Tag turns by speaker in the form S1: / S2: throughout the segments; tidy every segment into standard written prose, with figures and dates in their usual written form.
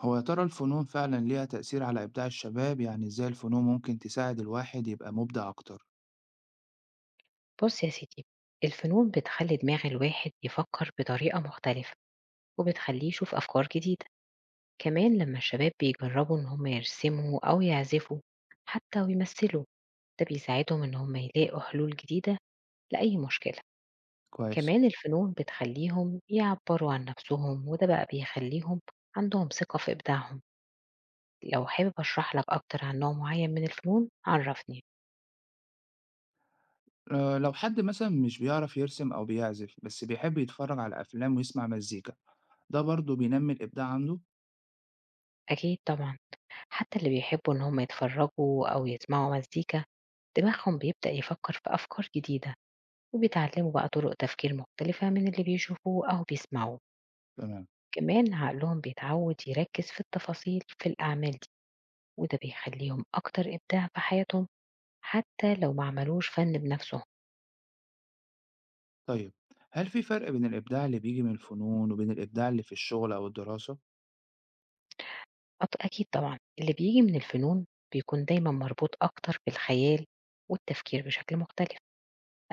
S1: هو يا ترى الفنون فعلا ليها تأثير على إبداع الشباب؟ يعني إزاي الفنون ممكن تساعد الواحد يبقى مبدع أكتر؟
S2: بص يا سيدي، الفنون بتخلي دماغ الواحد يفكر بطريقة مختلفة، وبتخليه يشوف أفكار جديدة. كمان لما الشباب بيجربوا إن هم يرسموا أو يعزفوا حتى ويمثلوا، ده بيساعدهم إن هم يلاقوا حلول جديدة لأي مشكلة.
S1: كويس.
S2: كمان الفنون بتخليهم يعبروا عن نفسهم، وده بقى بيخليهم عندهم ثقة في إبداعهم. لو حابب أشرح لك أكتر عن نوع معين من الفنون عرفني.
S1: أه، لو حد مثلا مش بيعرف يرسم أو بيعزف بس بيحب يتفرج على أفلام ويسمع مزيكا، ده برضه بينمي الإبداع عنده؟
S2: أكيد طبعا، حتى اللي بيحبوا إن هم يتفرّجوا أو يسمعوا مزيكا، دماغهم بيبدأ يفكّر في أفكار جديدة، وبيتعلّموا بقى طُرق تفكير مختلفة من اللي بيشوفوه أو بيسمعوه.
S1: تمام.
S2: كمان عقلهم بيتعوّد يركّز في التفاصيل في الأعمال دي، وده بيخلّيهم أكتر إبداع في حياتهم حتى لو ما عملوش فَن بنَفْسهم.
S1: طيب، هل في فرق بين الإبداع اللي بيجي من الفنون وبين الإبداع اللي في الشغل أو الدراسة؟
S2: أكيد طبعًا، اللي بييجي من الفنون بيكون دايمًا مربوط أكتر بالخيال والتفكير بشكل مختلف.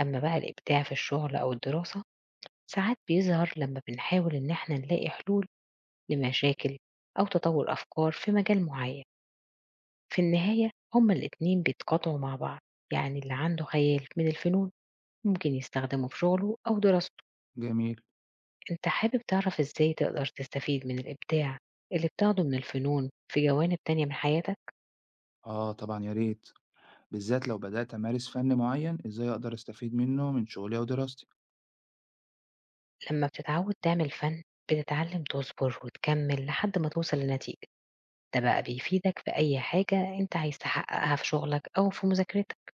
S2: أمّا بقى الإبداع في الشُغل أو الدراسة، ساعات بيظهر لما بنحاول إن إحنا نلاقي حلول لمشاكل أو تطور أفكار في مجال معين. في النهاية هما الاتنين بيتقاطعوا مع بعض، يعني اللي عنده خيال من الفنون ممكن يستخدمه في شغله أو دراسته.
S1: جميل.
S2: أنت حابب تعرف إزاي تقدر تستفيد من الإبداع اللي بتاخده من الفنون في جوانب تانية من حياتك؟
S1: آه طبعا، يا ريت. بالذات لو بدأت أمارس فن معين، إزاي أقدر أستفيد منه من شغلي أو دراستي؟
S2: لما بتتعود تعمل فن بتتعلم تصبر وتكمل لحد ما توصل لنتيجة، ده بقى بيفيدك في أي حاجة أنت عايز تحققها في شغلك أو في مذاكرتك.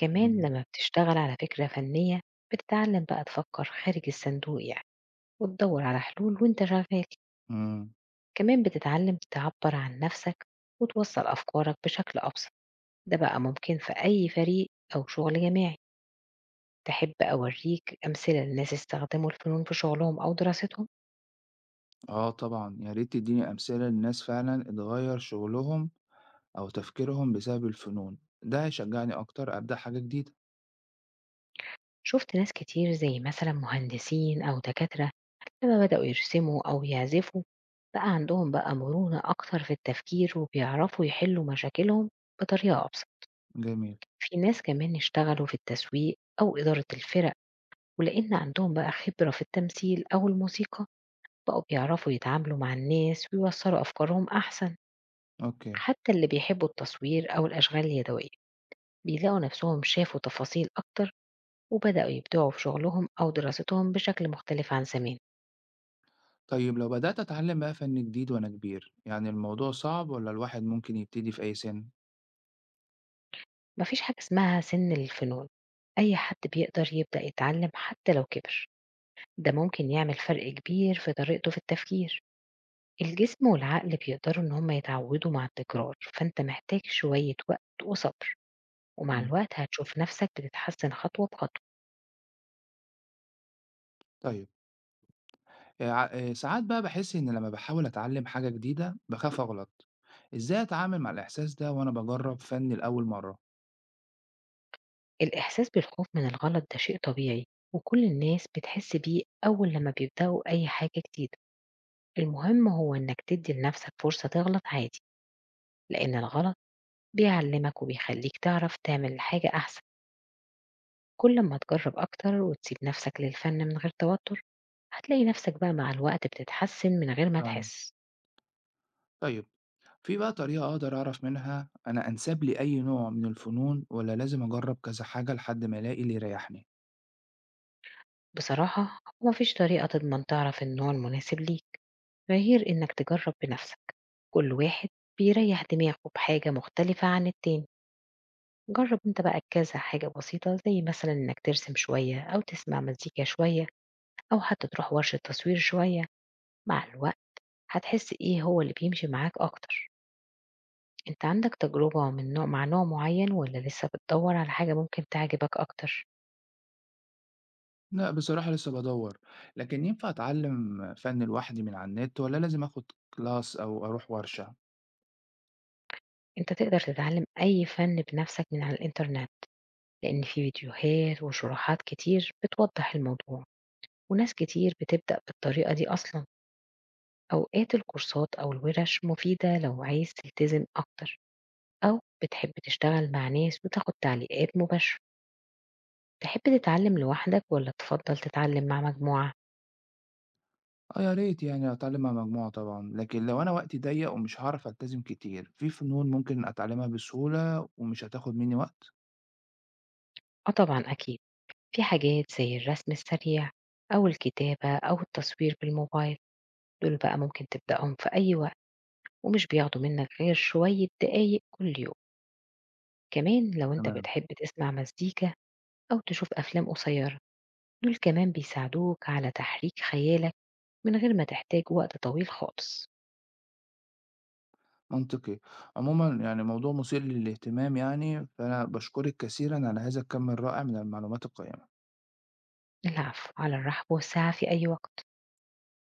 S2: كمان
S1: مم.
S2: لما بتشتغل على فكرة فنية بتتعلم بقى تفكر خارج الصندوق يعني، وتدور على حلول وانت شغال.
S1: مم.
S2: كمان بتتعلم تعبر عن نفسك وتوصل أفكارك بشكل أبسط، ده بقى ممكن في أي فريق أو شغل جماعي. تحب أوريك أمثلة لناس استخدموا الفنون في شغلهم أو دراستهم؟
S1: آه طبعًا، يا ريت تديني أمثلة لناس فعلًا اتغيّر شغلهم أو تفكيرهم بسبب الفنون، ده هيشجّعني أكتر أبدأ حاجة جديدة.
S2: شفت ناس كتير زي مثلا مهندسين أو دكاترة، لما بدأوا يرسموا أو يعزفوا بقى عندهم مرونة أكتر في التفكير وبيعرفوا يحلوا مشاكلهم بطريقة أبسط.
S1: جميل.
S2: في ناس كمان اشتغلوا في التسويق أو إدارة الفرق، ولأن عندهم بقى خبرة في التمثيل أو الموسيقى بقوا بيعرفوا يتعاملوا مع الناس ويوصلوا أفكارهم أحسن.
S1: أوكي.
S2: حتى اللي بيحبوا التصوير أو الأشغال اليدوية بيلاقوا نفسهم شافوا تفاصيل أكتر، وبدأوا يبدعوا في شغلهم أو دراستهم بشكل مختلف عن زمان.
S1: طيب لو بدأت أتعلم بقى فن جديد وأنا كبير، يعني الموضوع صعب والّا الواحد ممكن يبتدي في أي سِن؟
S2: مفيش حاجة اسمها سن الفنون، أي حد بيقدر يبدأ يتعلم حتى لو كبر، ده ممكن يعمل فرق كبير في طريقته في التفكير. الجسم والعقل بيقدروا إن هم يتعودوا مع التكرار، فأنت محتاج شوية وقت وصبر، ومع
S1: إمم،
S2: الوقت هتشوف نفسك بتتحسن خطوة بخطوة.
S1: طيب. ع ساعات بقى باحس إن لمّا باحاول أتعلم حاجة جديدة باخاف أغلط، إزاي أتعامل مع الإحساس ده وأنا باجرّب فن لأول مرّة؟
S2: الإحساس بالخوف من الغلط ده شيء طبيعي، وكل الناس بتحس بيه أول لما بيبدأوا أي حاجة جديدة. المهم هو إنك تدي لنفسك فرصة تغلط عادي، لأن الغلط بيعلمك وبيخليك تعرف تعمل حاجة أحسن. كل ما تجرب أكتر وتسيب نفسك للفن من غير توتر، هتلاقي نفسك بقى مع الوقت بتتحسن من غير ما
S1: فعلًا.
S2: تحس.
S1: طيب، في بقى طريقة أقدر أعرف منها أنا أنسب لي أي نوع من الفنون، ولا لازم أجرب كذا حاجة لحد ما ألاقي اللي يريحني؟
S2: بصراحة هو مفيش طريقة تضمن تعرف النوع المناسب ليك غير إنك تجرب بنفسك. كل واحد بيريح دماغه بحاجة مختلفة عن التاني. جرب انت بقى كذا حاجة بسيطة زي مثلا انك ترسم شوية او تسمع مزيكا شوية او حتى تروح ورشة تصوير شوية. مع الوقت هتحس ايه هو اللي بيمشي معاك اكتر. انت عندك تجربة من نوع مع نوع معين ولا لسه بتدور على حاجة ممكن تعجبك اكتر؟
S1: لا، بصراحة لسه بدور. لكن ينفع أتعلم فن لوحدي من على النت، ولا لازم آخد كلاس أو أروح ورشة؟
S2: انت تقدر تتعلم اي فن بنفسك من على الانترنت، لأن في فيديوهات وشروحات كتير بتوضح الموضوع، وناس كتير بتبدأ بالطريقة دي أصلا. أوقات الكورسات أو الورش مفيدة لو عايز تلتزم أكتر، أو بتحب تشتغل مع ناس وتاخد تعليقات مباشرة. تحب تتعلم لوحدك ولا تفضل تتعلم مع مجموعة؟
S1: آه يا ريت، يعني أتعلم مع مجموعة طبعا، لكن لو أنا وقتي ضيق ومش هعرف ألتزم كتير، في فنون ممكن أتعلمها بسهولة ومش هتاخد مني وقت؟
S2: آه طبعا أكيد، في حاجات زي الرسم السريع أو الكتابة أو التصوير بالموبايل، دول بقى ممكن تبدأهم في أي وقت، ومش بياخدوا منك غير شوية دقايق كل يوم. كمان لو انت
S1: تمام.
S2: بتحب تسمع مزيكا أو تشوف أفلام قصيرة، دول كمان بيساعدوك على تحريك خيالك من غير ما تحتاج وقت طويل خالص.
S1: منطقي. عموما يعني موضوع مثير للاهتمام يعني، فأنا بشكرك كثيرا على هذا الكم الرائع من المعلومات القيمة.
S2: العفو، على الرحب والسعة في أي وقت.